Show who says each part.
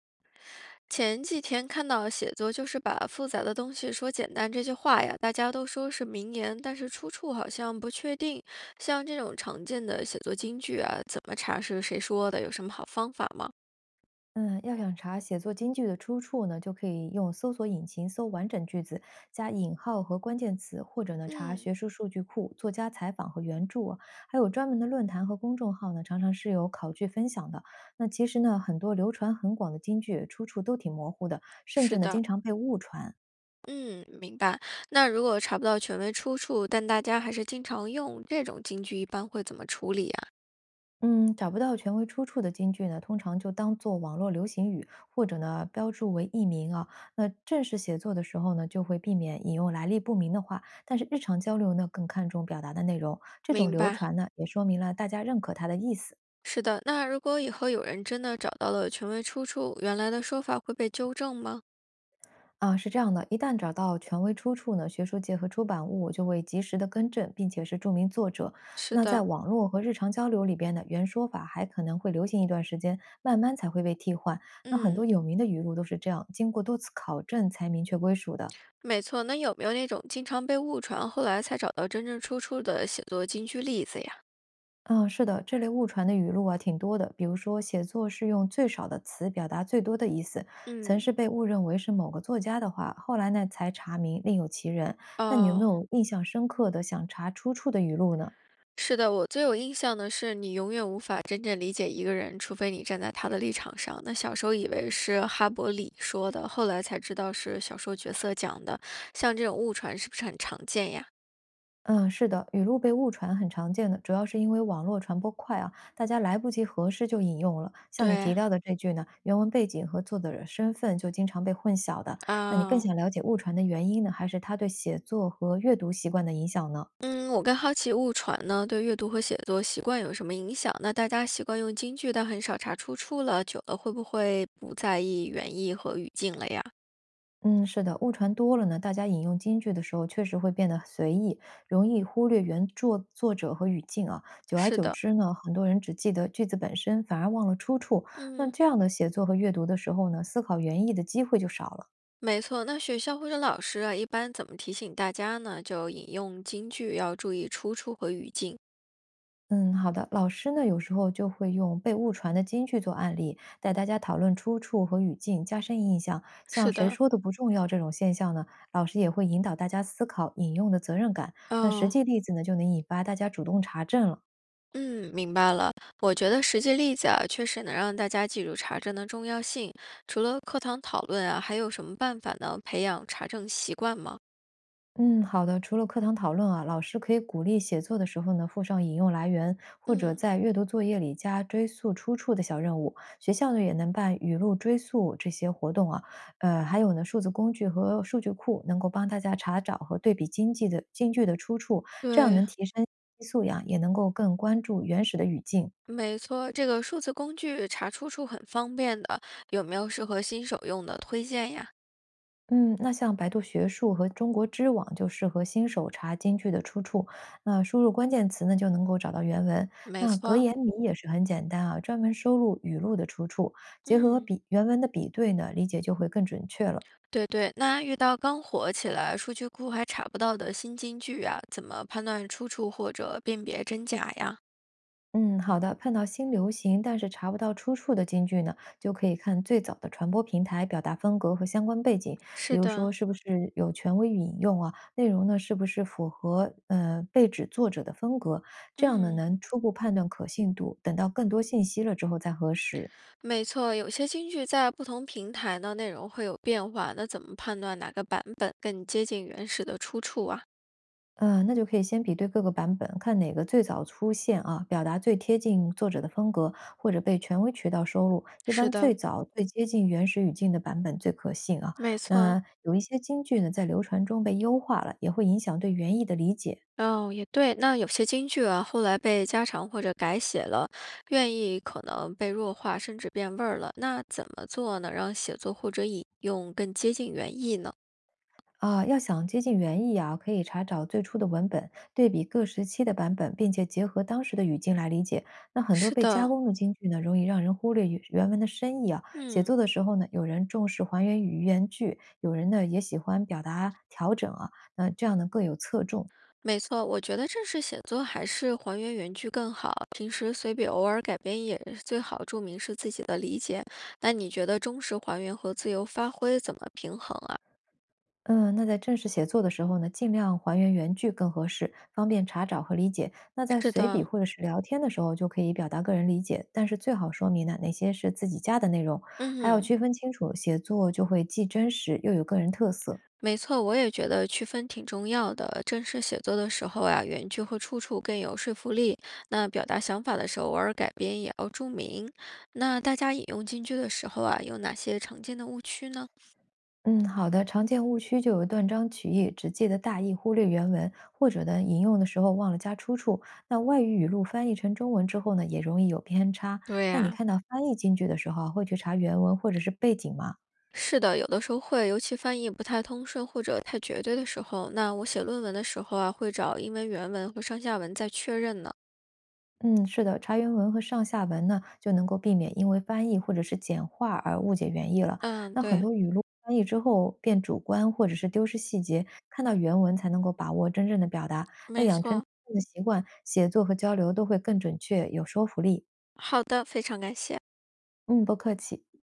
Speaker 1: 前几天看到写作就是把复杂的东西说简单这句话呀，大家都说是名言，但是出处好像不确定。像这种常见的写作金句啊，怎么查是谁说的？有什么好方法吗？
Speaker 2: 嗯，要想查写作金句的出处呢，就可以用搜索引擎搜完整句子，加引号和关键词，或者呢查
Speaker 1: 嗯，
Speaker 2: 学术数据库、作家采访和原著啊，还有专门的论坛和公众号呢，常常是有考据分享的。那其实呢，很多流传很广的金句出处都挺模糊的，甚
Speaker 1: 是
Speaker 2: 至呢
Speaker 1: 的，
Speaker 2: 经常被误传。
Speaker 1: 嗯，明白。那如果查不到权威出处，但大家还是经常用这种金句，一般会怎么处理啊？
Speaker 2: 嗯，找不到权威出处的金句呢，通常就当做网络流行语，或者呢标注为艺名啊。那正式写作的时候呢，就会避免引用来历不明的话，但是日常交流呢，更看重表达的内容。这种
Speaker 1: 明
Speaker 2: 流
Speaker 1: 白。
Speaker 2: 传呢，也说明了大家认可它的意思。
Speaker 1: 是的，那如果以后有人真的找到了权威出处，原来的说法会被纠正吗？
Speaker 2: 啊，是这样的，一旦找到权威出处呢，学术界和出版物就会及时的更正，并且是著名作者。
Speaker 1: 是
Speaker 2: 那在
Speaker 1: 的，
Speaker 2: 网络和日常交流里边呢，原说法还可能会流行一段时间，慢慢才会被替换。那很多
Speaker 1: 嗯。
Speaker 2: 有名的语录都是这样，经过多次考证才明确归属的。
Speaker 1: 没错，那有没有那种经常被误传，后来才找到真正出处的写作金句例子呀？
Speaker 2: 嗯，是的，这类误传的语录啊挺多的，比如说写作是用最少的词表达最多的意思，曾
Speaker 1: 嗯，
Speaker 2: 是被误认为是某个作家的话，后来呢才查明另有其人。那你有没
Speaker 1: 哦，
Speaker 2: 有印象深刻的想查出处的语录呢？
Speaker 1: 是的，我最有印象的是，你永远无法真正理解一个人，除非你站在他的立场上。那小时候以为是哈伯里说的，后来才知道是小说角色讲的。像这种误传是不是很常见呀？
Speaker 2: 嗯，是的，语录被误传很常见的，主要是因为网络传播快啊，大家来不及核实就引用了。像你提
Speaker 1: 对，
Speaker 2: 到的这句呢，原文背景和作者身份就经常被混淆的。那你更
Speaker 1: 啊、
Speaker 2: 想了解误传的原因呢，还是它对写作和阅读习惯的影响呢？
Speaker 1: 嗯，我更好奇误传呢对阅读和写作习惯有什么影响？那大家习惯用京剧，但很少查出处了，久了会不会不在意原意和语境了呀？
Speaker 2: 嗯，是的，误传多了呢，大家引用金句的时候确实会变得随意，容易忽略原作作者和语境啊。久而
Speaker 1: 是
Speaker 2: 久
Speaker 1: 的，
Speaker 2: 之呢，很多人只记得句子本身，反而忘了出处。那
Speaker 1: 嗯，
Speaker 2: 这样的写作和阅读的时候呢，思考原意的机会就少了。
Speaker 1: 没错。那学校或者老师啊，一般怎么提醒大家呢？就引用京剧要注意出处和语境。
Speaker 2: 嗯，好的。老师呢，有时候就会用被误传的金句做案例，带大家讨论出处和语境，加深印象。像
Speaker 1: 是
Speaker 2: “谁
Speaker 1: 的，
Speaker 2: 说的不重要”这种现象呢，老师也会引导大家思考引用的责任感。那实
Speaker 1: 哦，
Speaker 2: 际例子呢，就能引发大家主动查证了。
Speaker 1: 嗯，明白了。我觉得实际例子啊，确实能让大家记住查证的重要性。除了课堂讨论啊，还有什么办法呢？培养查证习惯吗？
Speaker 2: 嗯，好的。除了课堂讨论啊，老师可以鼓励写作的时候呢，附上引用来源，或者
Speaker 1: 嗯。
Speaker 2: 在阅读作业里加追溯出处的小任务。学校呢也能办语录追溯这些活动啊，还有呢，数字工具和数据库能够帮大家查找和对比经济的京剧的出处，这样
Speaker 1: 对，
Speaker 2: 能提升素养，也能够更关注原始的语境。
Speaker 1: 没错，这个数字工具查出处很方便的，有没有适合新手用的推荐呀？
Speaker 2: 嗯，那像百度学术和中国知网就适合新手查京剧的出处，那输入关键词呢就能够找到原文。
Speaker 1: 没
Speaker 2: 那格
Speaker 1: 错，
Speaker 2: 言迷也是很简单啊，专门收录语录的出处，结合
Speaker 1: 嗯，
Speaker 2: 比原文的比对呢，理解就会更准确了。
Speaker 1: 对对，那遇到刚火起来、数据库还查不到的新金句啊，怎么判断出处或者辨别真假呀？
Speaker 2: 嗯，好的。碰到新流行但是查不到出处的金句呢，就可以看最早的传播平台、表达风格和相关背景，比
Speaker 1: 是
Speaker 2: 如说
Speaker 1: 的。
Speaker 2: 是不是有权威引用啊，内容呢是不是符合被指作者的风格，这样呢
Speaker 1: 嗯，
Speaker 2: 能初步判断可信度，等到更多信息了之后再核实。
Speaker 1: 没错，有些金句在不同平台呢内容会有变化，那怎么判断哪个版本更接近原始的出处啊？
Speaker 2: 那就可以先比对各个版本，看哪个最早出现啊，表达最贴近作者的风格，或者被权威渠道收录。一
Speaker 1: 是
Speaker 2: 般最
Speaker 1: 的，
Speaker 2: 早、最接近原始语境的版本最可信啊。
Speaker 1: 没错。
Speaker 2: 那有一些京剧呢，在流传中被优化了，也会影响对原意的理解。
Speaker 1: 哦，也对。那有些京剧啊，后来被加长或者改写了，愿意可能被弱化，甚至变味儿了。那怎么做能让写作或者引用更接近原意呢？
Speaker 2: 啊，要想接近原意啊，可以查找最初的文本，对比各时期的版本，并且结合当时的语境来理解。那很多
Speaker 1: 是
Speaker 2: 被加
Speaker 1: 的，
Speaker 2: 工的京剧呢，容易让人忽略原文的深意啊。写
Speaker 1: 嗯，
Speaker 2: 作的时候呢，有人重视还原语言句，有人呢也喜欢表达调整啊，那这样呢更有侧重。
Speaker 1: 没错。我觉得正式写作还是还原原句更好，平时随笔偶尔改编也是最好，注明是自己的理解。那你觉得忠实还原和自由发挥怎么平衡啊？
Speaker 2: 嗯，那在正式写作的时候呢，尽量还原原句更合适，方便查找和理解。那在
Speaker 1: 是
Speaker 2: 随笔
Speaker 1: 的，
Speaker 2: 或者是聊天的时候，就可以表达个人理解，但是最好说明呢哪些是自己加的内容，
Speaker 1: 嗯
Speaker 2: 还要
Speaker 1: 哼。
Speaker 2: 区分清楚，写作就会既真实又有个人特色。
Speaker 1: 没错，我也觉得区分挺重要的。正式写作的时候啊，原句会处处更有说服力。那表达想法的时候，偶尔改编也要注明。那大家引用金句的时候啊，有哪些常见的误区呢？
Speaker 2: 嗯，好的，常见误区就有断章取义，只记得大意，忽略原文，或者呢引用的时候忘了加出处。那外语语录翻译成中文之后呢，也容易有偏差。
Speaker 1: 对
Speaker 2: 那你
Speaker 1: 呀、
Speaker 2: 看到翻译金句的时候啊，会去查原文或者是背景吗？
Speaker 1: 是的，有的时候会，尤其翻译不太通顺或者太绝对的时候，那我写论文的时候啊，会找英文原文和上下文再确认呢。
Speaker 2: 嗯，是的，查原文和上下文呢，就能够避免因为翻译或者是简化而误解原意了。
Speaker 1: 嗯，
Speaker 2: 那很
Speaker 1: 对，
Speaker 2: 多语录翻译之后变主观，或者是丢失细节，看到原文才能够把握真正的表达。那
Speaker 1: 没
Speaker 2: 养成
Speaker 1: 错。
Speaker 2: 这样的习惯，写作和交流都会更准确，有说服力。
Speaker 1: 好的，非常感谢。
Speaker 2: 嗯，不客气。